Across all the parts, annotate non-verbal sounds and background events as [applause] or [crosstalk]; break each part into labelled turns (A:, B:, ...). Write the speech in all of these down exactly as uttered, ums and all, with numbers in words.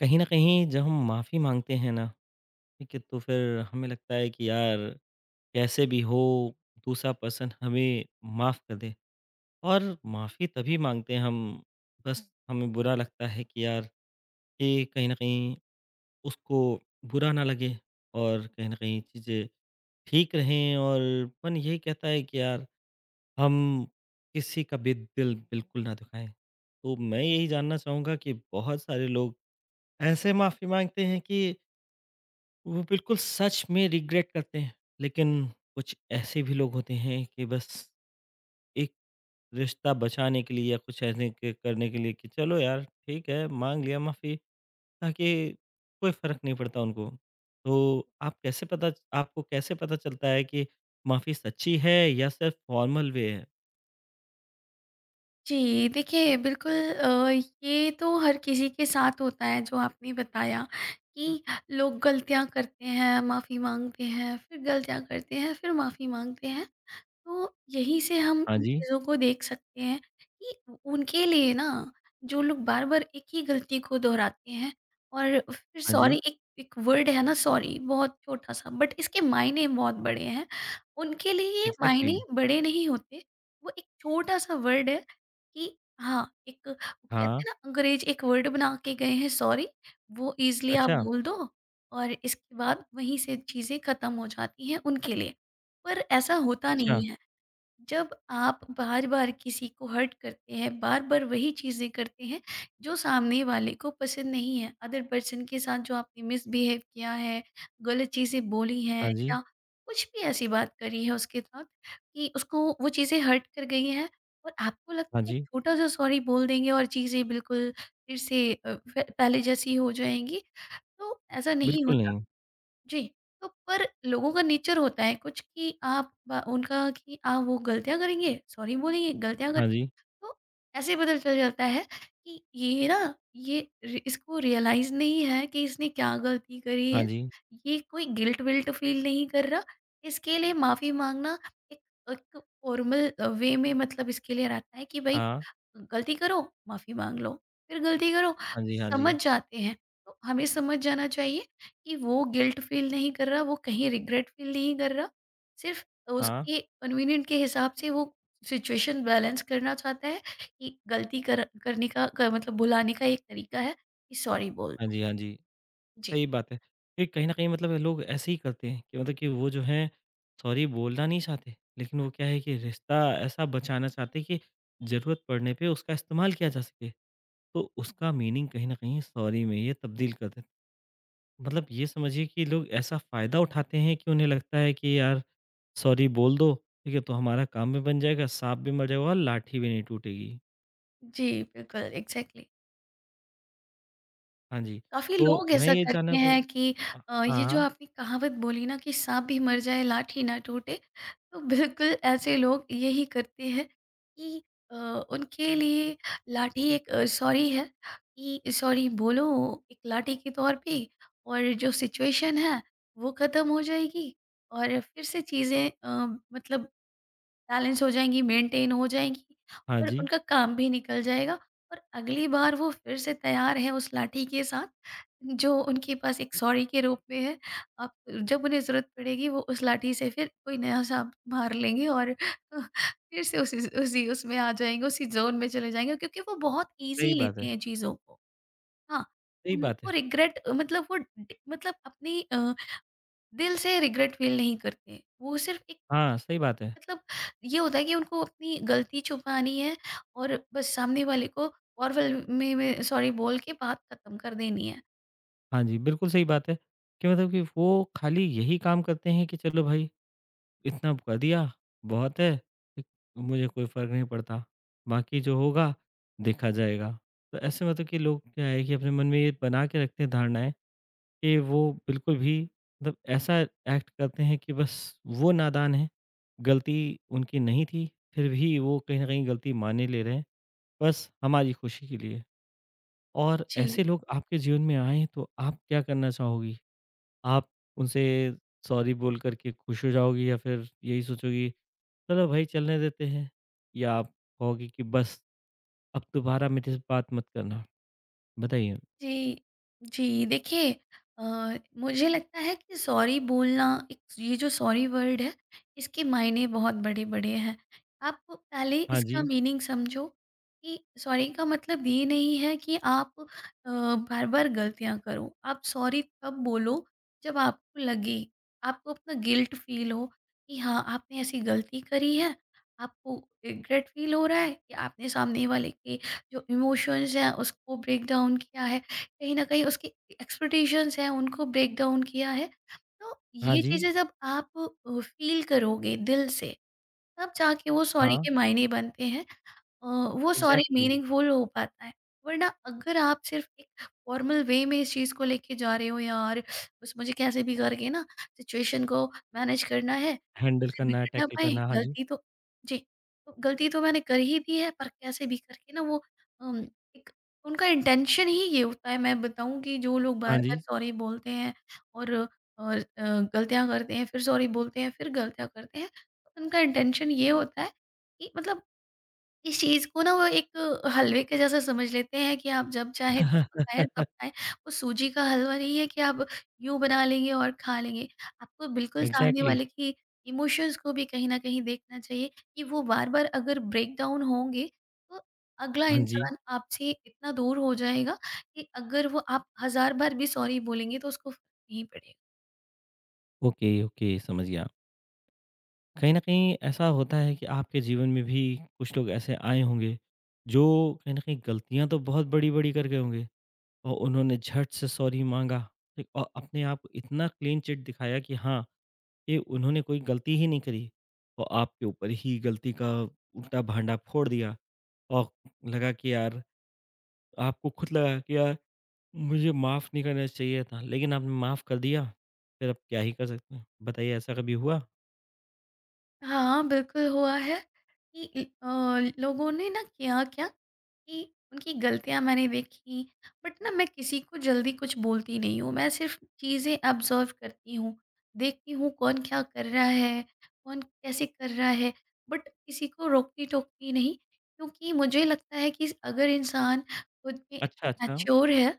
A: कहीं न कहीं जब हम माफ़ी माँगते हैं ना, ठीक है? तो फिर हमें लगता है कि यार कैसे भी हो दूसरा पर्सन हमें माफ़ कर दे और माफ़ी तभी माँगते हैं हम बस हमें बुरा लगता है कि यार ये कहीं न कहीं उसको बुरा ना लगे और कहीं न कहीं चीज़ें ठीक रहें और मन यही कहता है कि यार हम किसी का भी दिल बिल्कुल ना दुखाएँ। तो मैं यही जानना चाहूँगा कि बहुत सारे लोग ऐसे माफ़ी माँगते हैं कि वो बिल्कुल सच में रिग्रेट करते हैं। लेकिन कुछ ऐसे भी लोग होते हैं कि बस एक रिश्ता बचाने के लिए या कुछ ऐसे क करने के लिए कि चलो यार ठीक है, माँग लिया माफ़ी ताकि कोई फ़र्क नहीं पड़ता उनको। तो आप कैसे पता च आपको कैसे पता चलता है कि माफ़ी सच्ची है या सिर्फ़ फॉर्मल वे है?
B: जी, देखिए बिल्कुल अ, ये तो हर किसी के साथ होता है जो आपने बताया कि लोग गलतियाँ करते हैं, माफ़ी माँगते हैं, फिर गलतियाँ करते हैं, फिर माफ़ी माँगते हैं। तो यहीं से हम
A: हाँ
B: इन
A: जी,
B: चीज़ों को देख सकते हैं कि उनके लिए ना जो लोग बार बार एक ही गलती को दोहराते हैं और फिर
A: हाँ जी,
B: सॉरी एक एक वर्ड है ना, सॉरी बहुत छोटा सा बट इसके मायने बहुत बड़े हैं। उनके लिए ये
A: एग्ज़ैक्टली।
B: मायने बड़े नहीं होते। वो एक छोटा सा वर्ड है कि हाँ, एक कहते
A: हाँ,
B: हैं ना अंग्रेज एक वर्ड बना के गए हैं सॉरी। वो इजली आप
A: अच्छा,
B: बोल दो और इसके बाद वहीं से चीज़ें खत्म हो जाती हैं उनके लिए। पर ऐसा होता
A: अच्छा,
B: नहीं है। जब आप बार-बार किसी को हर्ट करते हैं, बार-बार वही चीज़ें करते हैं, जो सामने वाले को पसंद नहीं है, अदर पर्सन के साथ जो आपने मिसबिहेव किया है, गलत चीज़ें बोली हैं
A: हाँ जी,
B: या कुछ भी ऐसी बात करी है उसके साथ कि उसको वो चीज़ें हर्ट कर गई हैं और आपको लगता
A: हाँ
B: है एक
A: जी,
B: छोटा-सा सॉरी बोल देंगे और चीज़ें बिल्कुल फिर से अ, फ पहले जैसी हो जाएँगी, तो ऐसा नहीं
A: बिल्कुल
B: होता।
A: नहीं।
B: जी, तो पर लोगों का नेचर होता है कुछ कि आप ब उनका कि आप वो गलतियाँ करेंगे, सॉरी बोलेंगे, गलतियाँ करें।
A: हाँ जी,
B: तो ऐसे ही पता चल जाता है कि ये ना ये रि इसको रियलाइज़ नहीं है कि इसने क्या गलती करी
A: हाँ
B: है।
A: जी,
B: ये कोई गिल्ट विल्ट फ़ील नहीं कर रहा, इसके लिए माफ़ी माँगना एक एक फ़ॉर्मल अ, वे में, मतलब इसके लिए रहता है कि भई
A: हाँ,
B: गलती करो, माफ़ी माँग लो, फिर गलती करो,
A: हाँ जी, हाँ जी,
B: समझ जाते हैं। तो हमें समझ जाना चाहिए कि वो गिल्ट फ़ील नहीं कर रहा, वो कहीं रिग्रेट फ़ील नहीं कर रहा, सिर्फ़
A: हाँ।
B: उसके कन्वीनिएंट के हिसाब से वो सिचुएशन बैलेंस करना चाहता है कि गलती कर करने का क मतलब भुलाने का एक तरीका है कि सॉरी बोल
A: हाँ
B: दो।
A: जी, हाँ जी।
B: जी।
A: सही बात है। ये कहीं न कहीं मतलब लोग ऐसे ही करते हैं कि मतलब कि वो जो हैं सॉरी बोलना नहीं चाहते, लेकिन वो क्या है कि रिश्ता ऐसा बचाना चाहते हैं कि ज़रूरत पड़ने पे उसका इस्तेमाल किया जा सके। तो उसका मीनिंग कहीं न कहीं सॉरी में ये तब्दील कर देते हैं। मतलब ये समझिए कि लोग ऐसा फ़ायदा उठाते हैं कि उन्हें लगता है कि यार सॉरी बोल दो, ठीक है? तो हमारा काम भी बन जाएगा, साँप भी मर जाएगा और लाठी भी नहीं टूटेगी।
B: जी, बिल्कुल, एग्ज़ैक्टली।
A: हाँ जी।
B: काफ़ी
A: तो
B: लोग
A: मैं
B: ऐसा
A: ये
B: करते
A: जानना क
B: हैं कि
A: हाँ,
B: अ, ये जो
A: हाँ।
B: आपने कहावत बोली ना कि साँप भी मर जाए लाठी ना टूटे, तो बिल्कुल ऐसे लोग यही करते हैं कि अ, उनके लिए लाठी एक अ, सॉरी है कि सॉरी बोलो एक लाठी के तौर पे और जो सिचुएशन है वो ख़त्म हो जाएगी और फिर से चीज़ें अ, मतलब बैलेंस हो जाएँगी, मेंटेन हो जाएँगी
A: हाँ
B: और
A: जी,
B: उनका काम भी निकल जाएगा और अगली बार वो फिर से तैयार हैं उस लाठी के साथ, जो उनके पास एक सॉरी के रूप में है। अब जब उन्हें ज़रूरत पड़ेगी वो उस लाठी से फिर कोई नया साँप मार लेंगे और [laughs] फिर से उसी उसी उसमें आ जाएँगे, उसी ज़ोन में चले जाएँगे क्योंकि वो बहुत ईज़ी
A: सही बात
B: लेते
A: है,
B: हैं चीज़ों को। हाँ,
A: सही बात
B: उनको
A: है।
B: रिग्रेट मतलब वो ड मतलब अपनी अ, दिल से रिग्रेट फ़ील नहीं करते। वो सिर्फ़ एक
A: हाँ, सही बात है।
B: मतलब ये होता है कि उनको अपनी गलती छुपानी है और बस सामने वाले को और में, में सॉरी बोल के बात खत्म कर देनी है।
A: हाँ जी, बिल्कुल सही बात है कि मतलब कि वो खाली यही काम करते हैं कि चलो भाई इतना कर दिया, बहुत है, एक मुझे कोई फ़र्क नहीं पड़ता, बाकी जो होगा देखा जाएगा। तो ऐसे मतलब कि लोग क्या है कि अपने मन में ये बना के रखते हैं धारणाएँ कि वो बिल्कुल भी मतलब ऐसा एक्ट करते हैं कि बस वो नादान हैं, गलती उनकी नहीं थी, फिर भी वो कहीं न कहीं गलती माने ले रहे हैं, बस हमारी खुशी के लिए। और ऐसे
B: जी
A: लोग आपके जीवन में आएँ तो आप क्या करना चाहोगी? आप उनसे सॉरी बोल कर के खुश हो जाओगी या फिर यही सोचोगी चलो भाई चलने देते हैं? या आप कहोगी कि बस अब दोबारा मेरे से बात मत करना? बताइए।
B: जी, जी। देखिए अ, मुझे लगता है कि सॉरी बोलना एक, ये जो सॉरी वर्ड है, इसके मायने बहुत बड़े-बड़े हैं। आप पहले
A: हाँ
B: इसका
A: जी,
B: मीनिंग समझो कि सॉरी का मतलब ये नहीं है कि आप अ, बार-बार गलतियाँ करो। आप सॉरी तब बोलो जब आपको लगे, आपको अपना गिल्ट फ़ील हो कि हाँ, आपने ऐसी गलती करी है, आपको रिग्रेट फ़ील हो रहा है कि आपने सामने वाले के जो इमोशंस हैं उसको ब्रेक डाउन किया है। कहीं न कहीं उसकी एक्सपेक्टेशंस हैं, उनको ब्रेक डाउन किया है। तो
A: हाँ
B: ये
A: जी,
B: चीज़ें जब आप अ, फ़ील करोगे दिल से, तब जाके वो सॉरी
A: हाँ,
B: के मायने बनते हैं। अ, वो सॉरी
A: एग्ज़ैक्टली।
B: मीनिंगफुल हो पाता है। वरना अगर आप सिर्फ़ एक फॉर्मल वे में इस चीज़ को लेके जा रहे हो, यार बस मुझे कैसे भी करके ना सिचुएशन को मैनेज करना है,
A: हैंडल
B: कैसे
A: करना है,
B: बिगड़ ना
A: टैकल
B: पाए
A: करना है, हाँ जी,
B: गलती तो, जी, तो गलती तो मैंने कर ही दी है, पर कैसे भी करके ना वो अम, एक, उनका इंटेंशन ही ये होता है, मैं बताऊँ कि जो लोग
A: हाँ
B: बार-बार
A: जी।
B: सॉरी बोलते हैं और और अ, गलतियाँ करते हैं, फिर सॉरी बोलते हैं, फिर गलतियाँ करते हैं, तो उनका इंटेंशन ये होता है कि मतलब इस चीज़ को ना वो एक हलवे के जैसा समझ लेते हैं कि आप जब चाहे तब पकाएँ तब
A: [laughs]
B: खाएँ। वो सूजी का हलवा नहीं है कि आप यूँ बना लेंगे और खा लेंगे। आपको बिल्कुल सामने
A: एग्ज़ैक्टली।
B: वाले की इमोशंस को भी कहीं न कहीं देखना चाहिए कि वो बार-बार अगर ब्रेकडाउन होंगे, तो अगला
A: हाँ जी,
B: इंसान आपसे इतना दूर हो जाएगा कि अगर वो आप हज़ार बार भी सॉरी बोलेंगे तो उसको फ़र्क नहीं पड़ेगा।
A: ओके, ओके समझ गया। कहीं न कहीं ऐसा होता है कि आपके जीवन में भी कुछ लोग ऐसे आए होंगे, जो कहीं न कहीं गलतियाँ तो बहुत बड़ी-बड़ी कर गए होंगे और उन्होंने झट से सॉरी माँगा, ठीक? और अपने आप को इतना क्लीन चिट दिखाया कि हाँ, ये उन्होंने कोई गलती ही नहीं करी और आपके ऊपर ही गलती का उल्टा-भांडा फोड़ दिया और लगा कि यार आपको खुद लगा कि यार मुझे माफ़ नहीं करना चाहिए था, लेकिन आपने माफ़ कर दिया, फिर आप क्या ही कर सकते हैं? बताइए ऐसा कभी हुआ?
B: हाँ, बिल्कुल हुआ है कि इ अ, लोगों ने ना किया क्या कि उनकी गलतियाँ मैंने देखी, बट ना मैं किसी को जल्दी कुछ बोलती नहीं हूँ। मैं सिर्फ़ चीज़ें ऑब्ज़र्व करती हूँ, देखती हूँ कौन क्या कर रहा है, कौन कैसे कर रहा है, बट किसी को रोकती-टोकती नहीं, क्योंकि मुझे लगता है कि अगर इंसान खुद में
A: अच्छा,
B: इतना
A: अच्छा।
B: मैच्योर है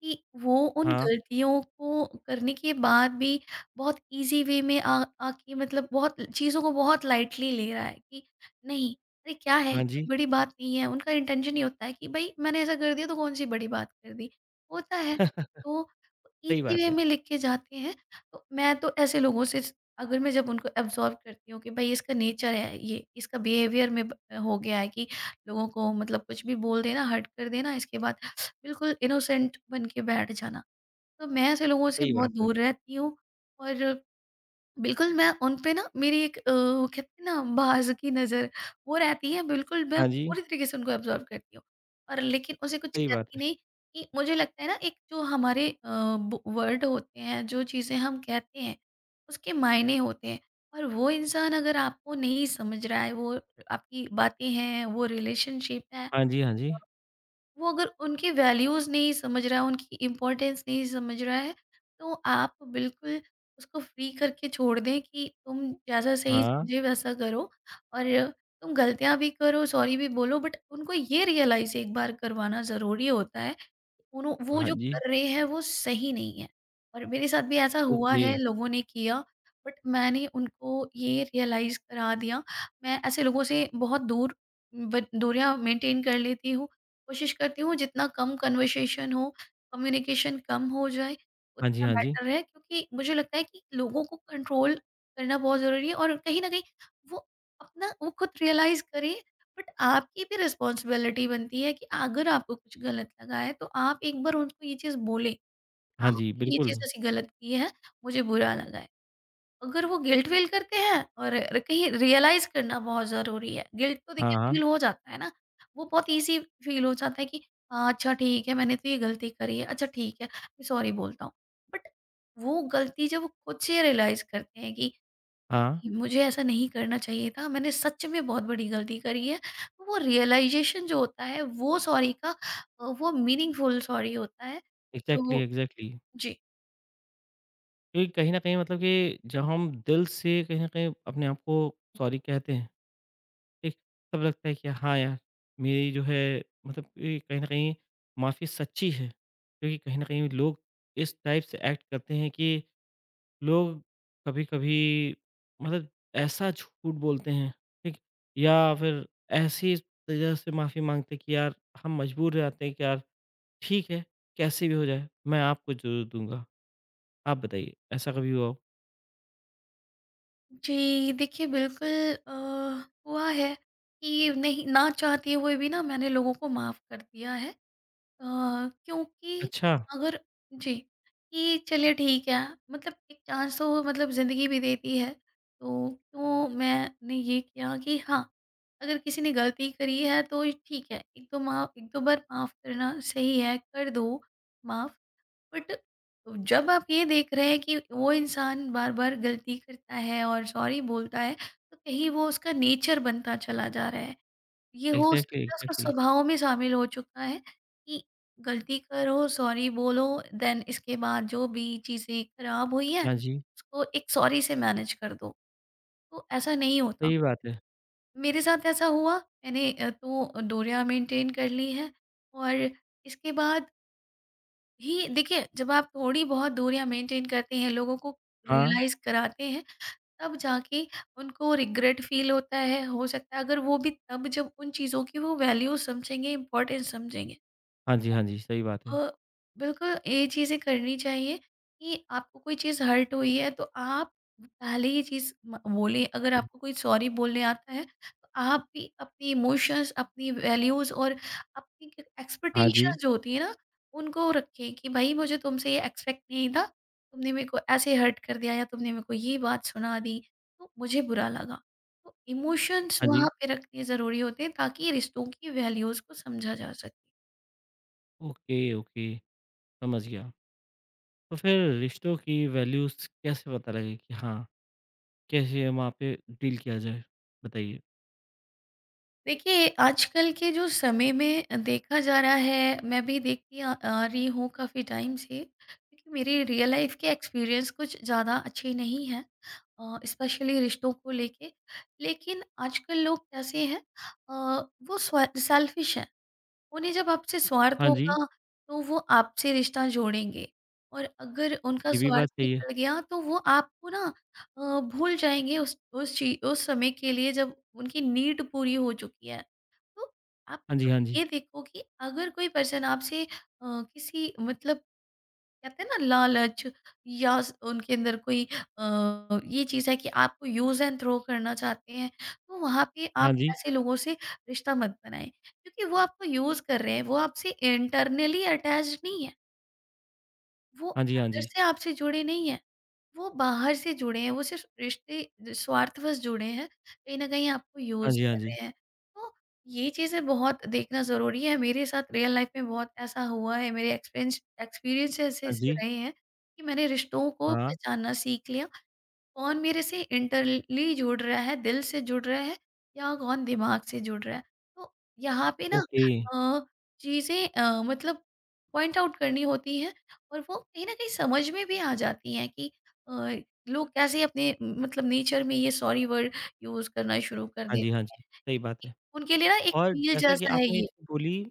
B: कि वो उन
A: हाँ,
B: गलतियों को करने के बाद भी बहुत ईजी वे में आ आके मतलब बहुत चीज़ों को बहुत लाइटली ले रहा है कि नहीं, अरे क्या है
A: हाँ
B: कोई
A: जी,
B: बड़ी बात नहीं है, उनका इंटेंशन ये होता है कि भाई मैंने ऐसा कर दिया तो कौन सी बड़ी बात कर दी होता है, तो
A: सही
B: इजी वे
A: बात है।
B: में लिख के जाते हैं। तो मैं तो ऐसे लोगों से, अगर मैं जब उनको एब्जॉर्व करती हूँ कि भाई इसका नेचर है, ये इसका बिहेवियर में ब- हो गया है कि लोगों को मतलब कुछ भी बोल देना, हर्ट कर देना, इसके बाद बिल्कुल इनोसेंट बन के बैठ जाना, तो मैं ऐसे लोगों से
A: सही
B: बहुत
A: बात है।
B: दूर रहती हूँ। और बिल्कुल मैं उन पे ना मेरी एक अ, वो कहते हैं ना बाज़ की नज़र, वो रहती है, बिल्कुल मैं
A: हाँ जी,
B: पूरी तरीके से उनको एब्ज़ॉर्ब करती हूँ। और लेकिन उसे कुछ
A: सही बात
B: कहती
A: है।
B: नहीं कि मुझे लगता है ना एक जो हमारे अ, ब वर्ड होते हैं, जो चीज़ें हम कहते हैं, उसके मायने होते हैं और वो इंसान अगर आपको नहीं समझ रहा है, वो आपकी बातें हैं, वो रिलेशनशिप है,
A: हाँ जी, हाँ जी।
B: वो अगर उनके वैल्यूज़ नहीं समझ रहा है, उनकी इम्पोर्टेंस नहीं समझ रहा है, तो आप बिल्कुल उसको फ्री करके छोड़ दें कि तुम जैसा सही
A: हाँ,
B: समझे वैसा करो और तुम गलतियाँ भी करो, सॉरी भी बोलो, बट उनको ये रियलाइज़ एक बार करवाना ज़रूरी होता है, कि उन्हों वो
A: हाँ
B: जो
A: जी,
B: कर रहे हैं वो सही नहीं है। और मेरे साथ भी ऐसा हुआ
A: ओके।
B: है, लोगों ने किया, बट मैंने उनको ये रियलाइज़ करा दिया। मैं ऐसे लोगों से बहुत दूर ब दूरियाँ मेंटेन कर लेती हूँ, कोशिश करती हूँ जितना कम कन्वर्सेशन हो, कम्युनिकेशन कम हो जाए,
A: हाँ जी,
B: उतना
A: हाँ जी।
B: बेटर है क्योंकि मुझे लगता है कि लोगों को कंट्रोल करना बहुत ज़रूरी है और कहीं न कहीं वो अपना वो खुद रियलाइज़ करें, बट आपकी भी रिस्पॉन्सिबिलिटी बनती है कि अगर आपको कुछ गलत लगा है तो आप एक बार उनको ये चीज़ बोलें,
A: हाँ जी,
B: आपने ये
A: बिल्कुल।
B: चीज़ ऐसी गलत की है, मुझे बुरा लगा है। अगर वो गिल्ट फ़ील करते हैं और र कहीं रियलाइज़ करना बहुत ज़रूरी है। गिल्ट तो
A: हाँ,
B: देखिए फ़ील
A: हाँ,
B: हो जाता है ना, वो बहुत ईज़ी फ़ील हो जाता है कि हाँ, अच्छा ठीक है मैंने तो ये गलती करी है, अच्छा ठीक है, मैं सॉरी बोलता हूँ। बट वो गलती जब वो खुद से रियलाइज़ करते हैं कि
A: हाँ।
B: मुझे ऐसा नहीं करना चाहिए था, मैंने सच में बहुत बड़ी गलती करी है, तो वो रियलाइज़ेशन जो होता है वो सॉरी का अ, वो मीनिंगफुल सॉरी होता है,
A: एग्ज़ैक्टली,
B: जो
A: एग्ज़ैक्टली।
B: जी।
A: क्योंकि कहीं न कहीं मतलब कि जब हम दिल से कहीं न कहीं अपने आप को सॉरी कहते हैं, ठीक? तब लगता है कि हाँ यार, मेरी जो है मतलब कि कहीं न कहीं माफ़ी सच्ची है। क्योंकि कहीं न कहीं लोग इस टाइप से एक्ट करते हैं कि लोग कभी-कभी मतलब ऐसा झूठ बोलते हैं, ठीक? या फिर ऐसी वजह से माफ़ी माँगते हैं कि यार हम मजबूर रहते हैं कि यार ठीक है, कैसे भी हो जाए, मैं आपको ज़रूर दूँगा। आप बताइए, ऐसा कभी हुआ हो?
B: जी, देखिए बिल्कुल अ, हुआ है कि नहीं, ना चाहते हुए भी ना मैंने लोगों को माफ़ कर दिया है। अ, क्योंकि
A: अच्छा,
B: अगर जी, कि चलिए ठीक है, मतलब एक चांस तो मतलब ज़िंदगी भी देती है, तो क्यों मैंने ये किया कि हाँ, अगर किसी ने गलती करी है तो ठीक है, एक दो माफ़ एक दो बार माफ़ करना सही है, कर दो माफ़। बट जब आप ये देख रहे हैं कि वो इंसान बार-बार गलती करता है और सॉरी बोलता है, तो कहीं वो उसका नेचर बनता चला जा रहा है। ये हो
A: एग्ज़ैक्टली,
B: सकता है उसका
A: एग्ज़ैक्टली।
B: स्वभाव में शामिल हो चुका है कि गलती करो, सॉरी बोलो, देन इसके बाद जो भी चीज़ें खराब हुई हैं,
A: हाँ जी,
B: उसको एक सॉरी से मैनेज कर दो। तो ऐसा नहीं होता।
A: सही बात है।
B: मेरे साथ ऐसा हुआ, मैंने अ, तो दूरियाँ मेंटेन कर ली हैं और इसके बाद ही देखिए, जब आप थोड़ी बहुत दूरियाँ मेंटेन करते हैं, लोगों को
A: हाँ,
B: रियलाइज़ कराते हैं, तब जाके उनको रिग्रेट फ़ील होता है। हो सकता है अगर वो भी तब जब उन चीज़ों की वो वैल्यू समझेंगे, इम्पोर्टेंस समझेंगे।
A: हाँ जी, हाँ जी, सही बात है।
B: अ, बिल्कुल ये चीज़ें करनी चाहिए कि आपको कोई चीज़ हर्ट हुई है तो आप पहले ये चीज़ म- बोलें, अगर आपको कोई सॉरी बोलने आता है तो आप भी अपनी इमोशंस, अपनी वैल्यूज़ और अपनी
A: हाँ जी,
B: एक्सपेक्टेशंस जो होती है ना उनको रखें कि भाई मुझे तुमसे ये एक्सपेक्ट नहीं था, तुमने मेरे को ऐसे हर्ट कर दिया या तुमने मेरे को ये बात सुना दी तो मुझे बुरा लगा, तो इमोशंस
A: हाँ
B: वहाँ
A: जी।
B: पे रखने ज़रूरी होते हैं ताकि रिश्तों की वैल्यूज़ को समझा जा सके।
A: ओके, ओके, समझ गया। तो फिर रिश्तों की वैल्यूज़ कैसे पता लगे कि हाँ, कैसे वहाँ पे डील किया जाए? बताइए।
B: देखिए, आजकल के जो समय में अ, देखा जा रहा है, मैं भी देखती आ आ रही हूँ काफ़ी टाइम से, क्योंकि मेरी रियल लाइफ़ के एक्सपीरियंस कुछ ज़्यादा अच्छे नहीं हैं, अ, स्पेशली रिश्तों को लेके। लेकिन आजकल लोग कैसे हैं, अ, वो स्व सेल्फ़िश हैं। उन्हें जब आपसे स्वार्थ
A: हाँ जी,
B: होगा, तो वो आपसे रिश्ता जोड़ेंगे और अगर उनका
A: ये भी
B: स्वार्थ
A: बात सही है।
B: निकल गया, तो वो आपको ना अ, भूल जाएँगे उस उस ची उस समय के लिए जब उनकी नीड पूरी हो चुकी है। तो आप
A: हाँ जी, हाँ जी।
B: ये देखो कि अगर कोई पर्सन आपसे अ, किसी मतलब कहते हैं ना लालच या स- उनके अंदर कोई आ, ये चीज़ है कि आपको यूज़ एंड थ्रो करना चाहते हैं तो वहाँ पे आप
A: हाँ जी।
B: ऐसे लोगों से रिश्ता मत बनाएं, क्योंकि वो आपको यूज़ कर रहे हैं, वो आपसे इंटरनली अटैच नहीं है, वो
A: हाँ जी, हाँ
B: अंदर
A: जी।
B: से आपसे जुड़े नहीं है, वो बाहर से जुड़े हैं, वो सिर्फ़ रिश्ते स्वार्थवश जुड़े हैं, कहीं न कहीं आपको
A: हाँ
B: यूज़
A: जी, हाँ
B: कर
A: जी।
B: रहे हैं। तो ये चीज़ें बहुत देखना ज़रूरी है, मेरे साथ रियल लाइफ़ में बहुत ऐसा हुआ है, मेरे एक्सपेंस एक्सपीरियंस
A: हाँ
B: ऐसे-ऐसे
A: जी,
B: रहे हैं कि मैंने रिश्तों को
A: हाँ,
B: पहचानना सीख लिया, कौन मेरे से इंटरली जुड़ रहा है, दिल से जुड़ रहा है या कौन दिमाग से जुड़ रहा है। तो यहाँ पे ना
A: ओके।
B: अ, चीज़ें अ, मतलब पॉइंट आउट करनी होती हैं और वो कहीं न कहीं समझ में भी आ जाती हैं कि अ, लोग कैसे अपने म मतलब नेचर में ये सॉरी वर्ड यूज़ करना शुरू कर
A: हाँ जी, हाँ
B: देते हैं।
A: जी, सही बात है।
B: उनके लिए ना एक
A: और
B: मील
A: जैसा कि
B: जैसा है
A: आपने ये
B: ये।
A: चीज़ बोली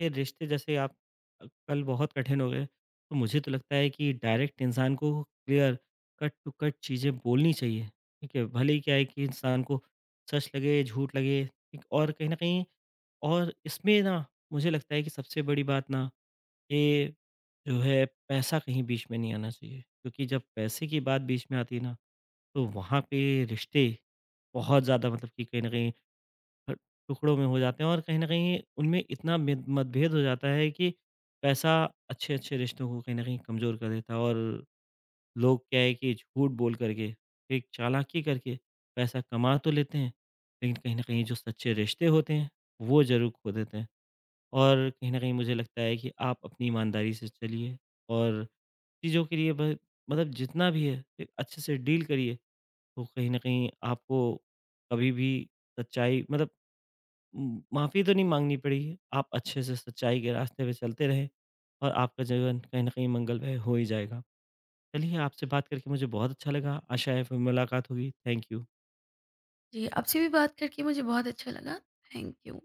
A: कि रिश्ते जैसे आप अ, कल बहुत कठिन हो गए, तो मुझे तो लगता है कि डायरेक्ट इंसान को क्लियर कट टू कट चीज़ें बोलनी चाहिए, ठीक है? भले ही क्या है कि इंसान को सच लगे, झूठ लगे, ठीक? और कहीं न कहीं और इसमें ना मुझे लगता है कि सबसे बड़ी बात ना ये जो है पैसा कहीं बीच में नहीं आना चाहिए क्योंकि जब पैसे की बात बीच में आती है ना तो वहाँ पे रिश्ते बहुत ज़्यादा मतलब कि कहीं न कहीं अ, टुकड़ों में हो जाते हैं और कहीं न कहीं उनमें इतना मेद मतभेद हो जाता है कि पैसा अच्छे-अच्छे रिश्तों को कहीं न कहीं कमज़ोर कर देता है और लोग क्या है कि झूठ बोल कर के, एक चालाकी करके पैसा कमा तो लेते हैं, लेकिन कहीं न कहीं जो सच्चे रिश्ते होते हैं, वो ज़रूर खो देते हैं। और कहीं न कहीं मुझे लगता है कि आप अपनी ईमानदारी से चलिए और चीज़ों के लिए ब मतलब जितना भी है, एक अच्छे से डील करिए, तो कहीं न कहीं आपको कभी भी सच्चाई मतलब उम, माफ़ी तो नहीं माँगनी पड़ेगी। आप अच्छे से सच्चाई के रास्ते पे चलते रहें और आपका जीवन कहीं न कहीं मंगलमय हो ही जाएगा। चलिए, आपसे बात करके मुझे बहुत अच्छा लगा। आशा है फिर मुलाकात होगी। Thank you.
B: जी, आपसे भी बात करके मुझे बहुत अच्छा लगा। Thank you.